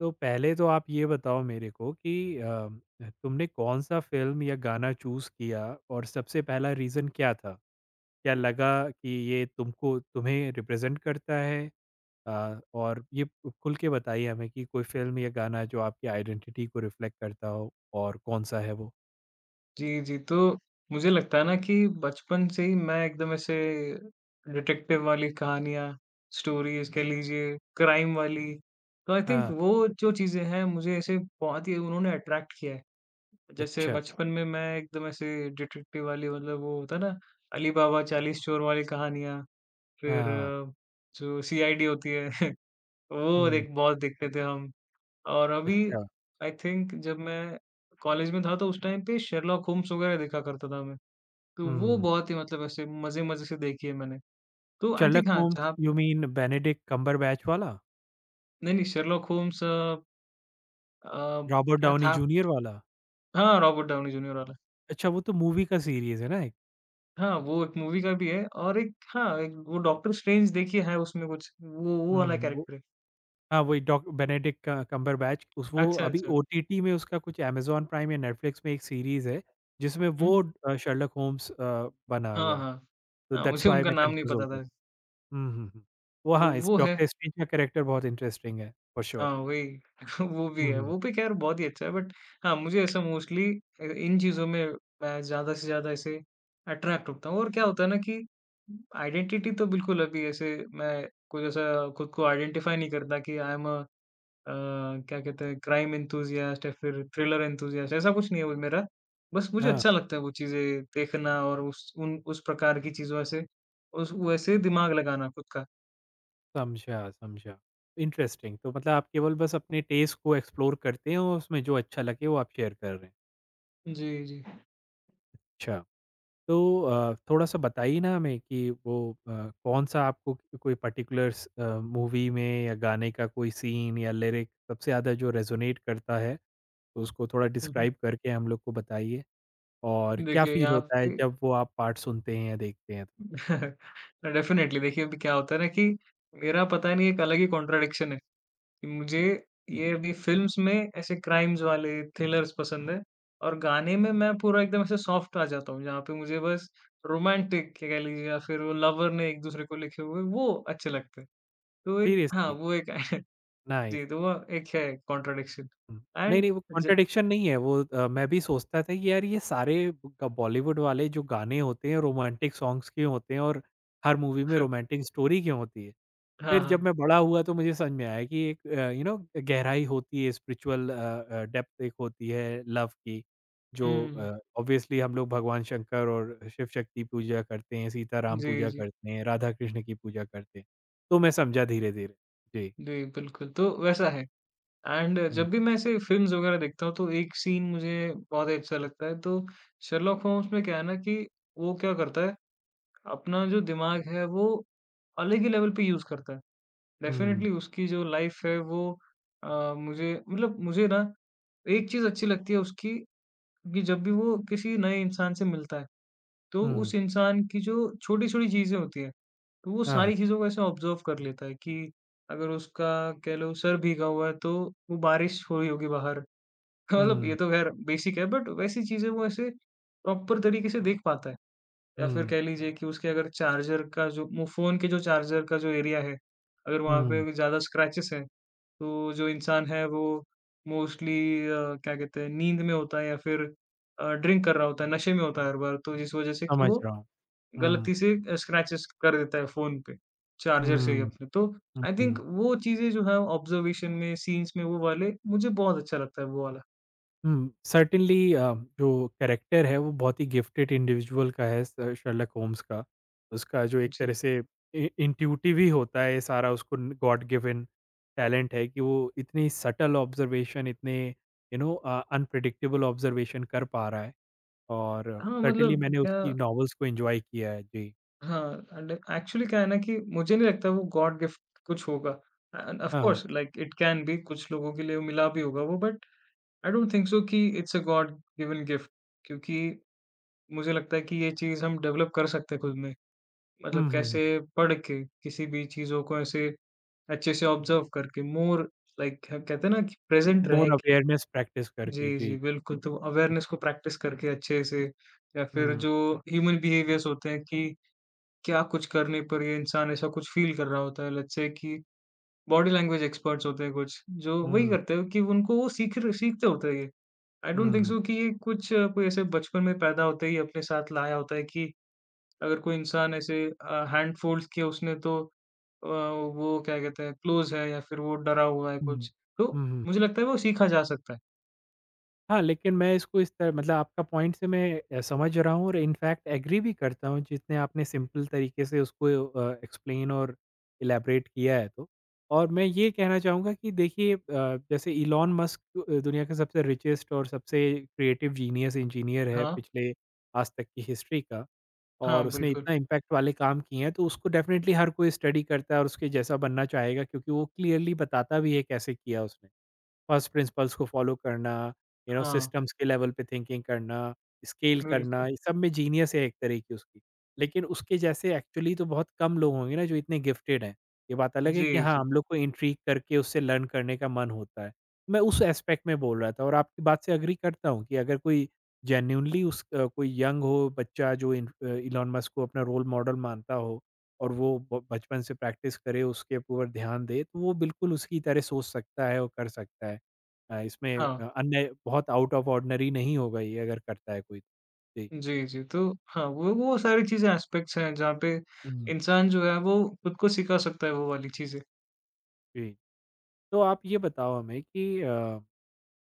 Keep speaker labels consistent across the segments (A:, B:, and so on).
A: तो पहले तो आप ये बताओ मेरे को कि अ, तुमने कौन-सा फ़िल्म या गाना चूज़ किया और सबसे पहला रीज़न क्या था? क्या लगा कि ये तुमको तुम्हें रिप्रेज़ेंट करता है? और ये खुल के बताइए हमें कि कोई फ़िल्म या गाना जो आपकी आइडेंटिटी को रिफ्लेक्ट करता हो और कौन-सा है वो?
B: जी, जी। तो मुझे लगता है ना कि बचपन से ही मैं एकदम ऐसे डिटेक्टिव वाली कहानियाँ, स्टोरीज़ कह लीजिए, क्राइम वाली, तो आई
A: हाँ।
B: थिंक वो जो चीज़ें हैं मुझे ऐसे बहुत ही उन्होंने अट्रैक्ट किया है। जैसे
A: अच्छा।
B: बचपन में मैं एकदम ऐसे डिटेक्टिव वाली मतलब वो होता है ना, अली बाबा चालीस चोर वाली कहानियाँ, फिर
A: हाँ।
B: जो सीआईडी होती है वो
A: हुँ।
B: देख बहुत देखते थे हम। और अभी
A: अच्छा।
B: आई थिंक जब मैं कॉलेज में था तो उस टाइम पे शेरलॉक होम्स वगैरह देखा करता था मैं। तो वो
A: हुँ।
B: बहुत ही मतलब ऐसे मज़े-मज़े से देखी है मैंने। तो आई
A: शर्लक
B: थिंक हाँ,
A: होम्स
B: जहाँ
A: यू मीन बेनेडिक्ट कम्बरबैच वाला?
B: नहीं, नहीं शर्लॉक होम्स अ,
A: रॉबर्ट
B: क्या
A: डाउनी
B: था?
A: जूनियर वाला?
B: हाँ, रॉबर्ट डाउनी जूनियर वाला।
A: अच्छा, वो तो मूवी का सीरीज़ है ना एक?
B: हाँ, वो एक मूवी का भी है और एक हाँ, एक वो डॉक्टर स्ट्रेंज देखिए है उसमें कुछ, वो वाला
A: हुँ, वो
B: कैरेक्टर है।
A: हाँ, वही डॉक बेनेडिक्ट क कम्बरबैच उस वो
B: अच्छा,
A: अभी
B: अच्छा।
A: ओटीटी में उसका कुछ अमेज़न प्राइम या नेटफ्लिक्स में एक सीरीज़ है, जिसमें
B: हुँ।
A: वो शर्लक होम्स बना हुआ
B: हाँ,
A: है।
B: हाँ।
A: तो
B: हाँ,
A: दैट्स
B: मुझे
A: व्हाई
B: उनका
A: मैं
B: नाम नहीं
A: कन्फ्यूज़ हो
B: पता
A: गया।
B: था।
A: हुँ, हुँ, हुँ। वो
B: तो
A: हाँ, इस
B: वो है
A: डॉक्टर स्ट्रेंज का कैरेक्टर बहुत इंटरेस्टिंग है, फॉर श्योर।
B: हाँ, वही वो भी
A: हुँ,
B: है,
A: हुँ।
B: वो भी ख़ैर बहुत ही अच्छा है बट हाँ, मुझे ऐसा मोस्टली इन चीज़ों में मैं ज़्यादा से ज़्यादा ऐसे अट्रैक्ट होता हूँ और क्या होता है ना कि आइडेंटिटी तो बिल्कुल अभी ऐसे मैं कुछ ऐसा खुद को आइडेंटिफ़ाई नहीं करता कि आई एम अ क्या कहते हैं क्राइम एंथुसियास्ट या फिर थ्रिलर एंथुसियास्ट ऐसा कुछ नहीं है वो मेरा। बस मुझे
A: हाँ,
B: अच्छा लगता है वो चीज़ें देखना और उस प्रकार की चीज़ों से उस वैसे दिमाग लगाना खुद का।
A: समझा, समझा। इंटरेस्टिंग, तो मतलब आप केवल बस अपने टेस्ट को एक्सप्लोर करते हैं और उसमें जो अच्छा लगे वो आप शेयर कर रहे हैं।
B: जी, जी।
A: अच्छा। तो थोड़ा-सा बताइए ना हमें कि वो अ, कौन-सा आपको कोई पर्टिकुलर्स मूवी में या गाने का कोई सीन या लिरिक सबसे ज़्यादा जो रेज़ोनेट करता है, तो उसको थोड़ा
B: हुँ, हुँ।
A: डिस्क्राइब करके हम लोग को बताइए और क्या
B: देखिए
A: फ़ील
B: यहाँ
A: होता है
B: पे
A: जब वो आप पार्ट सुनते हैं या देखते हैं तो?
B: डेफ़िनेटली देखिए अभी क्या होता है ना कि मेरा पता नहीं एक अलग ही कॉन्ट्रडिक्शन है कि मुझे ये अभी फ़िल्म्स में ऐसे क्राइम्स वाले थ्रिलर्स पसंद है और गाने में मैं पूरा एकदम ऐसे सॉफ्ट आ जाता हूँ जहाँ पे मुझे बस रोमांटिक कह लीजिए या फिर वो लवर ने एक दूसरे को लिखे हुए वो अच्छे लगते हैं। तो एक हाँ,
A: सीरियसली,
B: वो एक
A: नाइस।
B: जी, तो वो एक है कॉन्ट्रडिक्शन
A: हुँ, नहीं, नहीं
B: एंड
A: वो
B: ज
A: कॉन्ट्रडिक्शन नहीं है। वो मैं भी सोचता था कि यार ये सारे ग बॉलीवुड वाले जो गाने होते हैं रोमांटिक सॉन्ग्स क्यों होते हैं और हर मूवी में
B: हाँ,
A: रोमांटिक स्टोरी क्यों होती है?
B: हाँ,
A: फिर जब
B: हाँ।
A: मैं बड़ा हुआ तो मुझे समझ में आया कि एक यू नो गहराई होती है, स्पिरिचुअल डेप्थ एक होती है लव की जो
B: हुँ।
A: ऑब्वियसली हम लोग भगवान शंकर और शिव शक्ति पूजा करते हैं, सीताराम
B: जी,
A: पूजा
B: जी।
A: करते हैं, राधा कृष्ण की पूजा करते हैं। तो मैं समझा धीरे धीरे। जी।
B: जी, बिल्कुल, तो वैसा है। एंड
A: हुँ,
B: जब भी मैं ऐसे फ़िल्म्स वग़ैरह देखता हूँ, तो एक सीन मुझे बहुत ही अच्छा लगता है, तो शर्लॉक होम्स में क्या है ना कि वो क्या करता है, अपना जो दिमाग है, वो अलग ही लेवल पे यूज़ करता है।
A: हुँ,
B: डेफ़िनेटली उसकी जो लाइफ़ है, वो मुझे मतलब मुझे ना एक चीज़ अच्छी लगती है उसकी कि जब भी वो किसी नए इंसान से मिलता है, तो उस
A: हुँ,
B: इंसान की जो छोटी-छोटी चीज़ें होती हैं, तो वो
A: हाँ,
B: सारी चीज़ों को ऐसे ऑब्ज़र्व कर लेता है कि अगर उसका कह लो सर भीगा हुआ है, तो वो बारिश हो रही होगी बाहर हाँ, मतलब ये
A: हुँ,
B: तो ख़ैर बेसिक है बट वैसी चीज़ें वो ऐसे प्रॉपर तरीके से देख पाता है। या फिर
A: हुँ,
B: कह लीजिए कि उसके अगर चार्जर का जो मु फ़ोन के जो चार्जर का जो एरिया है, अगर वहाँ
A: हुँ,
B: पे ज़्यादा स्क्रैचेस हैं, तो जो इंसान है वो मोस्टली क्या कहते हैं नींद में होता है या फिर ड्रिंक कर रहा होता है, नशे में होता है हर बार। तो जिस वज़ह से कि
A: समझ
B: वो
A: रहा हूँ, हुँ,
B: गलती से स्क्रैचेस कर देता है फ़ोन पे, चार्जर से ही
A: हुँ,
B: अपने। तो
A: हुँ,
B: आई थिंक
A: हुँ।
B: वो चीज़ें जो है ऑब्ज़र्वेशन में, सीन्स में वो वाले मुझे बहुत अच्छा लगता है वो वाला।
A: हुँ, सर्टेनली जो कैरेक्टर है वो बहुत ही गिफ्टेड इंडिविजुअल का है, स शर्लक होम्स का। उसका जो एक तरह
B: जी।
A: से इ इंट्यूटिव ही होता है ये सारा, उसको गॉड गिवन टैलेंट है कि वो इतनी सटल ऑब्ज़र्वेशन, इतने यू नो अनप्रेडिक्टेबल ऑब्ज़र्वेशन कर पा रहा है। और
B: हाँ,
A: सर्टेनली
B: मतलब
A: मैंने
B: क्या
A: उसकी नॉवेल्स को एन्जॉय किया है। जी।
B: हाँ, एंड एक्चुअली क्या है ना कि मुझे नहीं लगता वो गॉड गिफ्ट कुछ होगा। एंड ऑफ़
A: हाँ, हाँ।
B: Course like it can be कुछ लोगों के लिए मिला भी होगा वो but I don't think so कि it's a god given gift क्योंकि मुझे लगता है कि ये चीज़ हम डेवलप कर सकते हैं खुद में। मतलब
A: हुँ, हुँ, हुँ।
B: कैसे पढ़ के, किसी भी चीज़ों को ऐसे अच्छे से ऑब्ज़र्व करके मोर लाइक कहते हैं ना कि प्रेज़ेंट रह
A: मोर
B: के
A: अवेयरनेस प्रैक्टिस करके।
B: जी,
A: जी।
B: जी, बिल्कुल। तो अवेयरनेस को प्रैक्टिस करके अच्छे से या फिर
A: हुँ, हुँ,
B: जो ह्यूमन बिहेवियर्स होते हैं कि क्या कुछ करने पर ये इंसान ऐसा कुछ फ़ील कर रहा होता है, लेट्स से कि बॉडी लैंग्वेज एक्सपर्ट्स होते हैं कुछ, जो वही
A: हुँ,
B: करते हैं कि उनको वो सीखते होते हैं ये। आई डोंट
A: हुँ,
B: थिंक
A: हुँ,
B: सो कि ये कुछ कोई ऐसे बचपन में पैदा होते ही अपने साथ लाया होता है कि अगर कोई इंसान ऐसे हैंड फोल्ड्स किए उसने तो वो क्या कहते हैं क्लोज़ है या फिर वो डरा हुआ है
A: हुँ,
B: कुछ। तो
A: हुँ, हुँ।
B: मुझे लगता है वो सीखा जा सकता है।
A: हाँ, लेकिन मैं इसको इस तरह मतलब आपका पॉइंट से मैं समझ रहा हूँ और इनफैक्ट एग्री भी करता हूँ जितने आपने सिंपल तरीके से उसको एक्सप्लेन और इलैबोरेट किया है तो। और मैं ये कहना चाहूँगा कि देखिए जैसे इलॉन मस्क दुनिया के सबसे रिचेस्ट और सबसे क्रिएटिव जीनियस इंजीनियर है,
B: हाँ,
A: पिछले आज तक की हिस्ट्री का,
B: हाँ,
A: और उसने
B: बिल्कुल।
A: इतना इम्पैक्ट वाले काम किए हैं तो उसको डेफ़िनेटली हर कोई स्टडी करता है और उसके जैसा बनना चाहेगा, क्योंकि वो क्लियरली बताता भी है कैसे किया उसने। फर्स्ट प्रिंसिपल्स को फॉलो करना, यू नो
B: हाँ,
A: सिस्टम्स के लेवल पे थिंकिंग करना, स्केल करना,
B: बिल्कुल।
A: ये सब में जीनियस है एक तरह की उसकी। लेकिन उसके जैसे एक्चुअली तो बहुत कम लोग होंगे ना जो इतने गिफ्टेड हैं। ये बात अलग है
B: जी,
A: कि हाँ,
B: जी।
A: हम लोग को इंट्रिग करके उससे लर्न करने का मन होता है। मैं उस एस्पेक्ट में बोल रहा था, और आपकी बात से एग्री करता हूँ कि अगर कोई जेन्युइनली उस कोई यंग हो बच्चा जो इलॉन मस्क को अपना रोल मॉडल मानता हो, और वो ब बचपन से प्रैक्टिस करे, उसके ऊपर ध्यान दे, तो वो बिल्कुल उसकी तरह सोच सकता है और कर सकता है। इसमें
B: हाँ।
A: अन्य बहुत आउट ऑफ ऑर्डिनरी नहीं होगा ये अगर करता है कोई। जी।
B: जी, जी। तो हाँ, वो सारी चीज़ें एस्पेक्ट्स हैं जहाँ पे
A: हुँ।
B: इंसान जो है वो खुद को सिखा सकता है वो वाली चीज़ें।
A: जी। तो आप ये बताओ हमें कि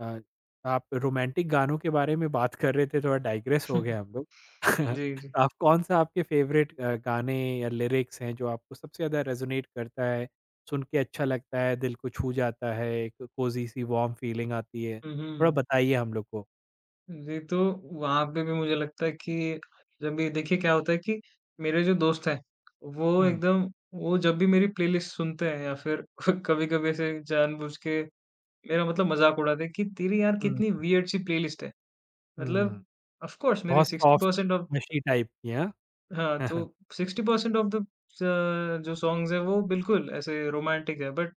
A: अ, आप रोमांटिक गानों के बारे में बात कर रहे थे, थोड़ा डाइग्रेस हो गए हम लोग।
B: जी, जी।
A: तो आप कौन-सा आपके फ़ेवरेट गाने या लिरिक्स हैं जो आपको सबसे ज़्यादा रेज़ोनेट करता है, सुन के अच्छा लगता है, दिल को छू जाता है, एक कोज़ी सी वार्म फीलिंग आती है?
B: हुँ,
A: थोड़ा
B: हुँ।
A: बताइए हम लोग को।
B: जी, तो वहाँ पे भी मुझे लगता है कि जब भी देखिए क्या होता है कि मेरे जो दोस्त हैं, वो
A: हुँ,
B: एकदम वो जब भी मेरी प्लेलिस्ट सुनते हैं या फिर कभी-कभी ऐसे जानबूझ के मेरा मतलब मज़ाक उड़ाते हैं कि तेरी यार
A: हुँ,
B: कितनी वियर्ड सी प्लेलिस्ट है।
A: हुँ।
B: मतलब ऑफ कोर्स मेरे
A: बहुत सॉफ्ट,
B: 60% ऑफ
A: मशी टाइप की, हाँ?
B: हाँ, तो 60% ऑफ द स जो सॉन्ग्स हैं वो बिल्कुल ऐसे रोमांटिक है बट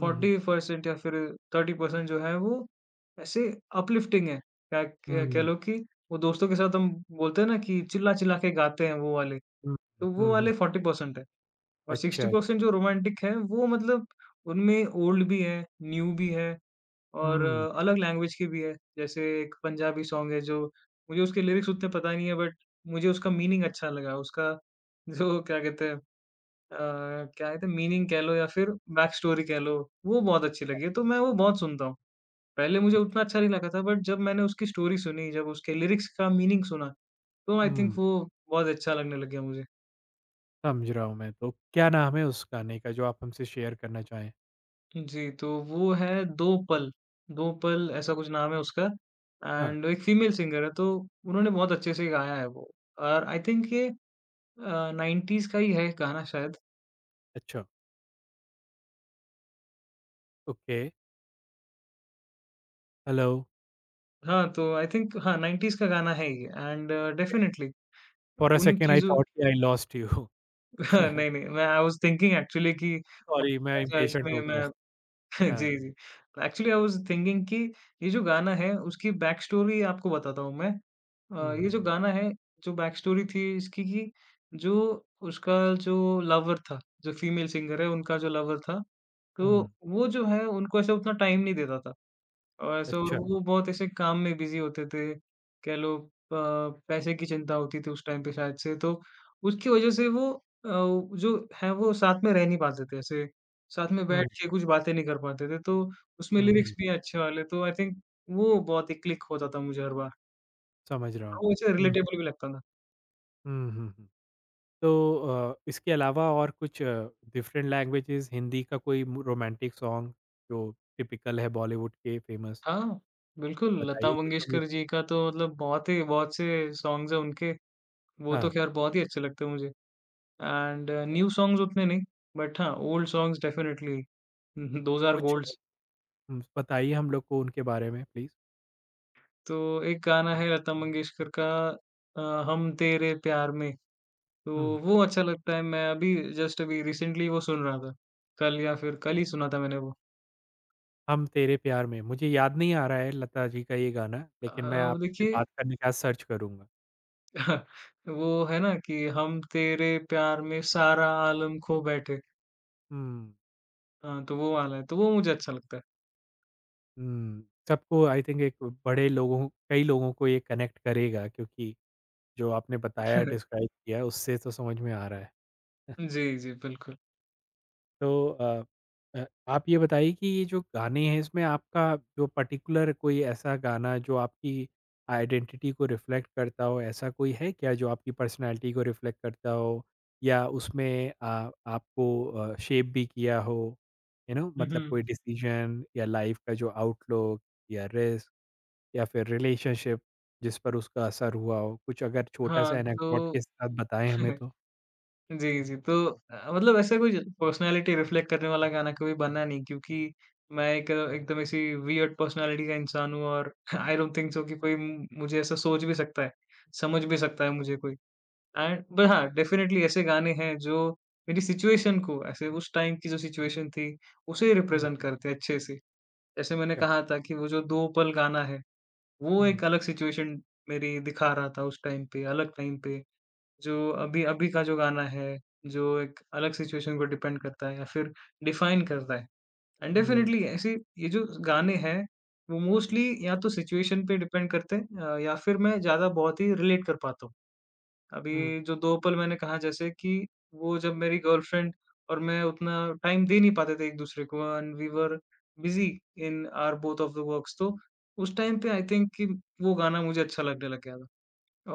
A: हुँ, हुँ।
B: 40% या फिर 30% जो है वो ऐसे अपलिफ्टिंग है। क्या क कह
A: हुँ,
B: लो कि वो दोस्तों के साथ हम बोलते हैं ना कि चिल्ला-चिल्ला के गाते हैं वो वाले,
A: हुँ,
B: तो वो
A: हुँ, हुँ।
B: वाले 40% है और
A: अच्छा,
B: 60% जो रोमांटिक है वो मतलब उनमें ओल्ड भी है, न्यू भी है और
A: हुँ,
B: अलग लैंग्वेज की भी है। जैसे एक पंजाबी सॉन्ग है जो मुझे उसके लिरिक्स उतने पता नहीं है बट मुझे उसका मीनिंग अच्छा लगा। उसका जो क्या कहते हैं अ, क्या कहते हैं मीनिंग कह लो या फिर बैक स्टोरी कह लो, वो बहुत अच्छी लगी। तो मैं वो बहुत सुनता हूँ। पहले मुझे
A: अच्छा,
B: उतना अच्छा नहीं लगा था बट जब मैंने उसकी स्टोरी सुनी, जब उसके लिरिक्स का मीनिंग सुना, तो आई थिंक
A: हुँ,
B: वो बहुत अच्छा लगने लग गया मुझे।
A: समझ रहा हूँ मैं तो। क्या नाम है उस गाने का जो आप हमसे शेयर करना चाहें?
B: जी, तो वो है 2 पल, 2 पल ऐसा कुछ नाम है उसका
A: हाँ।
B: एंड एक फीमेल सिंगर है तो उन्होंने बहुत अच्छे से गाया है वो और आई थिंक ये 90s का ही है गाना शायद।
A: अच्छा। ओके। हेलो।
B: हाँ, तो आई थिंक हाँ, 90s का गाना है ये and
A: okay,
B: definitely
A: for a
B: उन
A: सेकंड आई
B: चीज़ों
A: थॉट कि आई लॉस्ट यू।
B: नहीं, नहीं मैं आई वाज़ थिंकिंग एक्चुअली कि
A: सॉरी मैं
B: अच्छा
A: इम्पेशेंट हो
B: इसमें
A: गया।
B: मैं जी,
A: हाँ,
B: जी। एक्चुअली आई वाज़ थिंकिंग कि ये जो गाना है उसकी बैक स्टोरी आपको बताता हूँ मैं। अ, ये
A: हुँ,
B: जो गाना है, जो बैक स्टोरी थी इसकी कि जो उसका जो लवर था, जो फीमेल सिंगर है उनका जो लवर था, तो
A: हुँ,
B: वो जो है उनको ऐसा उतना टाइम नहीं देता था। और ऐसे और
A: अच्छा,
B: वो बहुत ऐसे काम में बिज़ी होते थे, कह लो अ, पैसे की चिंता होती थी उस टाइम पे शायद से तो उसकी वज़ह से वो जो है वो साथ में रह नहीं पाते थे ऐसे, साथ में बैठ
A: हुँ,
B: के कुछ बातें नहीं कर पाते थे, तो उसमें
A: हुँ, हुँ,
B: लिरिक्स भी अच्छे वाले तो आई थिंक वो बहुत ही क्लिक होता था मुझे हर बार
A: समझ रहा हूँ।
B: और वो ऐसे
A: हुँ,
B: रिलेटेबल भी लगता था।
A: हुँ, हुँ, हुँ। तो इसके अलावा और कुछ डिफरेंट लैंग्वेजेज़, हिंदी का कोई मु रोमांटिक सॉन्ग जो टिपिकल है बॉलीवुड के फेमस?
B: हाँ, बिल्कुल, लता
A: बताइए कुछ हम लोग।
B: मंगेशकर जी का तो मतलब बहुत ही बहुत से सॉन्ग्स हैं उनके, वो तो
A: हाँ,
B: ख़ैर बहुत ही अच्छे लगते हैं मुझे एंड
A: अच्छा।
B: न्यू सॉन्ग्स उतने नहीं, बट हाँ, old songs definitely those are
A: कुछ
B: गोल्ड्स।
A: बताइए हम लोग को उनके बारे में प्लीज़।
B: तो एक गाना है लता मंगेशकर का हम तेरे प्यार में, तो
A: हुँ,
B: वो अच्छा लगता है। मैं अभी जस्ट अभी रिसेंटली वो सुन रहा था, कल या फिर कल ही सुना था मैंने वो।
A: हम तेरे प्यार में, मुझे याद नहीं आ रहा है लता जी का ये गाना, लेकिन मैं आपसे
B: देखिए
A: बात करने के बाद सर्च करूँगा।
B: वो है ना कि हम तेरे प्यार में सारा आलम खो बैठे,
A: हुँ,
B: हाँ, तो वो वाला है, तो वो मुझे अच्छा लगता है।
A: हुँ, सबको आई थिंक एक बड़े लोगों कई लोगों को ये कनेक्ट करेगा, क्योंकि जो आपने बताया, डिस्क्राइब किया, उससे तो समझ में आ रहा है।
B: जी, जी, बिल्कुल।
A: तो आप ये बताइए कि ये जो गाने हैं इसमें आपका जो पर्टिकुलर, कोई ऐसा गाना जो आपकी आइडेंटिटी को रिफ्लेक्ट करता हो, ऐसा कोई है क्या जो आपकी पर्सनैलिटी को रिफ्लेक्ट करता हो? या उसमें आपको शेप भी किया हो? यू नो,
B: हुँ,
A: मतलब कोई
B: हुँ।
A: डिसीज़न या लाइफ़ का जो आउटलुक या रिस्क या फिर रिलेशनशिप जिस पर उसका असर हुआ हो? कुछ अगर छोटा-सा
B: हाँ,
A: एनेक्डोट
B: तो
A: के साथ बताएँ हमें तो?
B: जी, जी, तो मतलब ऐसा कोई पर्सनैलिटी रिफ्लेक्ट करने वाला गाना कभी बना नहीं क्योंकि मैं एक एकदम ऐसी वियर्ड पर्सनैलिटी का इंसान हूँ और आई डोंट थिंक सो कि कोई म मुझे ऐसा सोच भी सकता है, समझ भी सकता है मुझे कोई। एंड बट हाँ, डेफ़िनिटली ऐसे गाने हैं जो मेरी सिचुएशन को ऐसे उस टाइम की जो सिचुएशन थी, उसे
A: हुँ,
B: रिप्रेज़ेंट करते हैं अच्छे से। जैसे मैंने
A: क्या?
B: कहा था कि वो जो 2 पल गाना है वो
A: हुँ,
B: एक अलग सिचुएशन मेरी दिखा रहा था उस टाइम पे, अलग टाइम पे, जो अभी अभी का जो गाना है, जो एक अलग सिचुएशन को डिपेंड करता है या फिर डिफाइन करता है। एंड
A: हुँ,
B: डेफिनिटली ऐसे ये जो गाने हैं, वो मोस्टली या तो सिचुएशन पे डिपेंड करते हैं या फिर मैं ज़्यादा बहुत ही रिलेट कर पाता हूँ।
A: हुँ,
B: अभी जो दो पल मैंने कहा जैसे कि वो जब मेरी गर्लफ्रेंड और मैं उतना टाइम दे नहीं पाते थे एक-दूसरे को and we were busy in our both of the works तो उस टाइम पे आई थिंक कि वो गाना मुझे अच्छा लगने लग गया था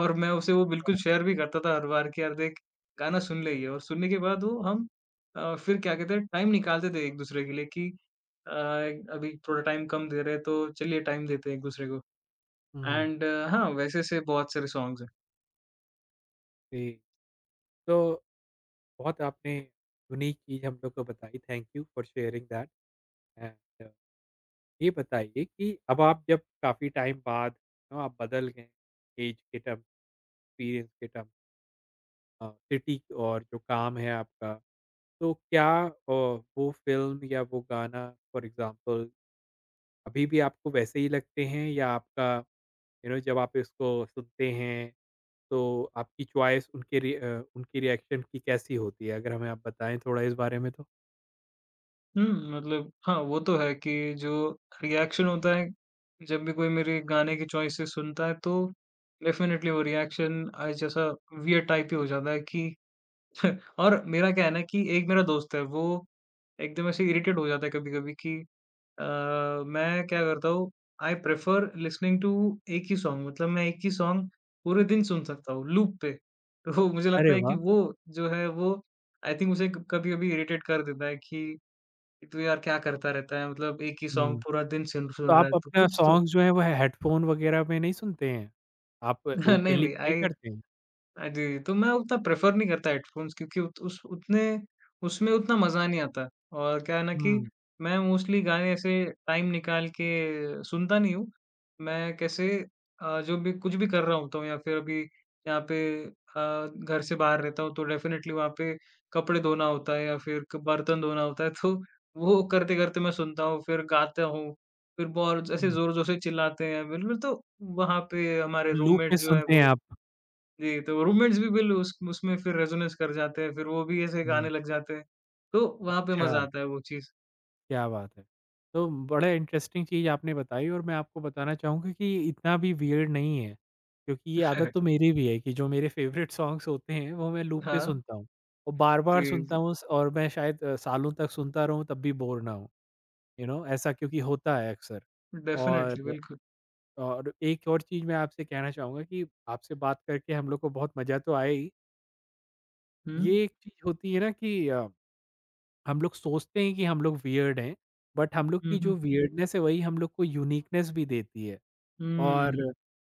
B: और मैं उसे वो
A: अच्छा।
B: बिल्कुल शेयर भी करता था हर बार कि यार देख गाना सुन ले ये और सुनने के बाद फिर क्या कहते हैं टाइम निकालते थे एक-दूसरे के लिए कि अ, अभी थोड़ा टाइम कम दे रहे हैं तो चलिए टाइम देते हैं एक-दूसरे को
A: हुँ।
B: एंड हाँ, वैसे से बहुत सारे सॉन्ग्स हैं।
A: जी, तो बहुत आपने यूनिक चीज़ हम लोग को बताई, thank you for sharing that. And ये बताइए कि अब आप जब काफ़ी टाइम बाद, यू नो, आप बदल गए एज के टर्म, एक्सपीरियंस के टर्म, सिटी और जो काम है आपका, तो क्या वो फ़िल्म या वो गाना, फॉर एग्ज़ाम्पल, अभी भी आपको वैसे ही लगते हैं, या आपका यू नो जब आप इसको सुनते हैं, तो आपकी चॉइस, उनकी रिएक्शन की कैसी होती है? अगर हमें आप बताएँ थोड़ा इस बारे में तो।
B: हुँ, मतलब हाँ, वो तो है कि जो रिएक्शन होता है, जब भी कोई मेरे गाने की चॉइसेस सुनता है, तो डेफ़िनेटली वो रिएक्शन आज जैसा वियर्ड टाइप ही हो जाता है कि और मेरा क्या है ना कि एक मेरा दोस्त है, वो एकदम ऐसे इरिटेट हो जाता है कभी-कभी कि अ, मैं क्या करता हूँ, आई प्रेफ़र लिसनिंग टू एक ही सॉन्ग मतलब मैं एक ही सॉन्ग पूरे दिन सुन सकता हूँ, लूप पे। तो मुझे
A: अरे
B: लगता है कि
A: वाह!
B: वो जो है, वो आई थिंक उसे क कभी-कभी इरिटेट कर देता है कि तू यार क्या करता रहता है? मतलब एक ही सॉन्ग
A: हुँ,
B: पूरा दिन सुन सुन
A: तो आप
B: रहा है, तो
A: अपना
B: कुछ तो
A: सॉन्ग्स जो है वो हेडफ़ोन वग़ैरह में नहीं सुनते हैं? आप
B: नहीं,
A: ओपनली
B: नहीं
A: प्ले
B: आई
A: करते हैं?
B: हाँ जी, तो मैं उतना प्रेफ़र नहीं करता हेडफ़ोन्स क्योंकि उत उस उतने उसमें उतना मज़ा नहीं आता और क्या है ना कि
A: हुँ,
B: मैं मोस्टली गाने ऐसे टाइम निकाल के सुनता नहीं हूँ। मैं कैसे जो भी कुछ भी कर रहा होता हूँ या फिर अभी यहाँ पे घर से बाहर रहता हूँ तो डेफ़िनेटली वहाँ पे कपड़े धोना होता है या फिर क बर्तन धोना होता है तो वो करते-करते मैं सुनता हूँ, फिर गाता हूँ, फिर बहुत ऐसे
A: हुँ,
B: ज़ोर-ज़ोर से चिल्लाते हैं बिल्कुल तो वहाँ पे हमारे
A: लूप
B: रूममेट
A: में
B: जो है
A: सुनते हैं
B: वो
A: आप।
B: जी, तो रूममेट्स भी बिल उस उसमें फिर रेजोनेंस कर जाते हैं, फिर वो भी ऐसे
A: हुँ,
B: गाने लग जाते हैं, तो वहाँ पे
A: अच्छा,
B: मज़ा आता है वो चीज़।
A: क्या बात है। तो बड़ा इंटरेस्टिंग चीज़ आपने बताई, और मैं आपको बताना चाहूँगा कि इतना भी वियर्ड नहीं है, क्योंकि ये आदत तो मेरी भी है कि जो मेरे फ़ेवरेट सॉन्ग्स होते हैं वो मैं लूप पे
B: हाँ,
A: सुनता हूँ और
B: जी,
A: बार-बार सुनता
B: जी,
A: हूँ, और मैं शायद सालों तक सुनता रहूँ तब भी बोर ना हूँ, यू नो ऐसा क्योंकि होता है अक्सर।
B: डेफ़िनेटली,
A: और
B: बिल्कुल।
A: और एक और चीज़ मैं आपसे कहना चाहूँगा कि आपसे बात करके हम लोग को बहुत मज़ा तो आया ही।
B: हुँ,
A: ये एक चीज़ होती है ना कि हम लोग सोचते हैं कि हम लोग वियर्ड हैं, बट हम लोग
B: हुँ,
A: की
B: हुँ,
A: जो वियर्डनेस है वही हम लोग को यूनिकनेस भी देती है। और
B: हुँ।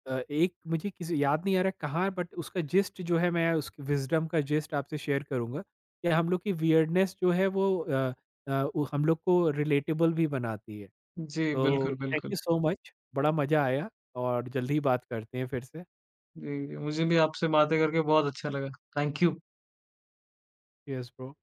A: एक मुझे किसी याद नहीं आ रहा कहाँ, बट उसका जिस्ट जो है, मैं उसकी विज़डम का जिस्ट आपसे शेयर करूँगा कि हम लोग की वियर्डनेस जो है वो हम लोग को रिलेटेबल भी बनाती है।
B: जी,
A: तो
B: बिल्कुल,
A: थैंक यू
B: बिल्कुल।
A: सो मच, बड़ा मज़ा आया, और जल्दी ही बात करते हैं फिर से।
B: जी, जी, मुझे भी आपसे बातें करके बहुत अच्छा लगा। Thank you.
A: Yes, bro.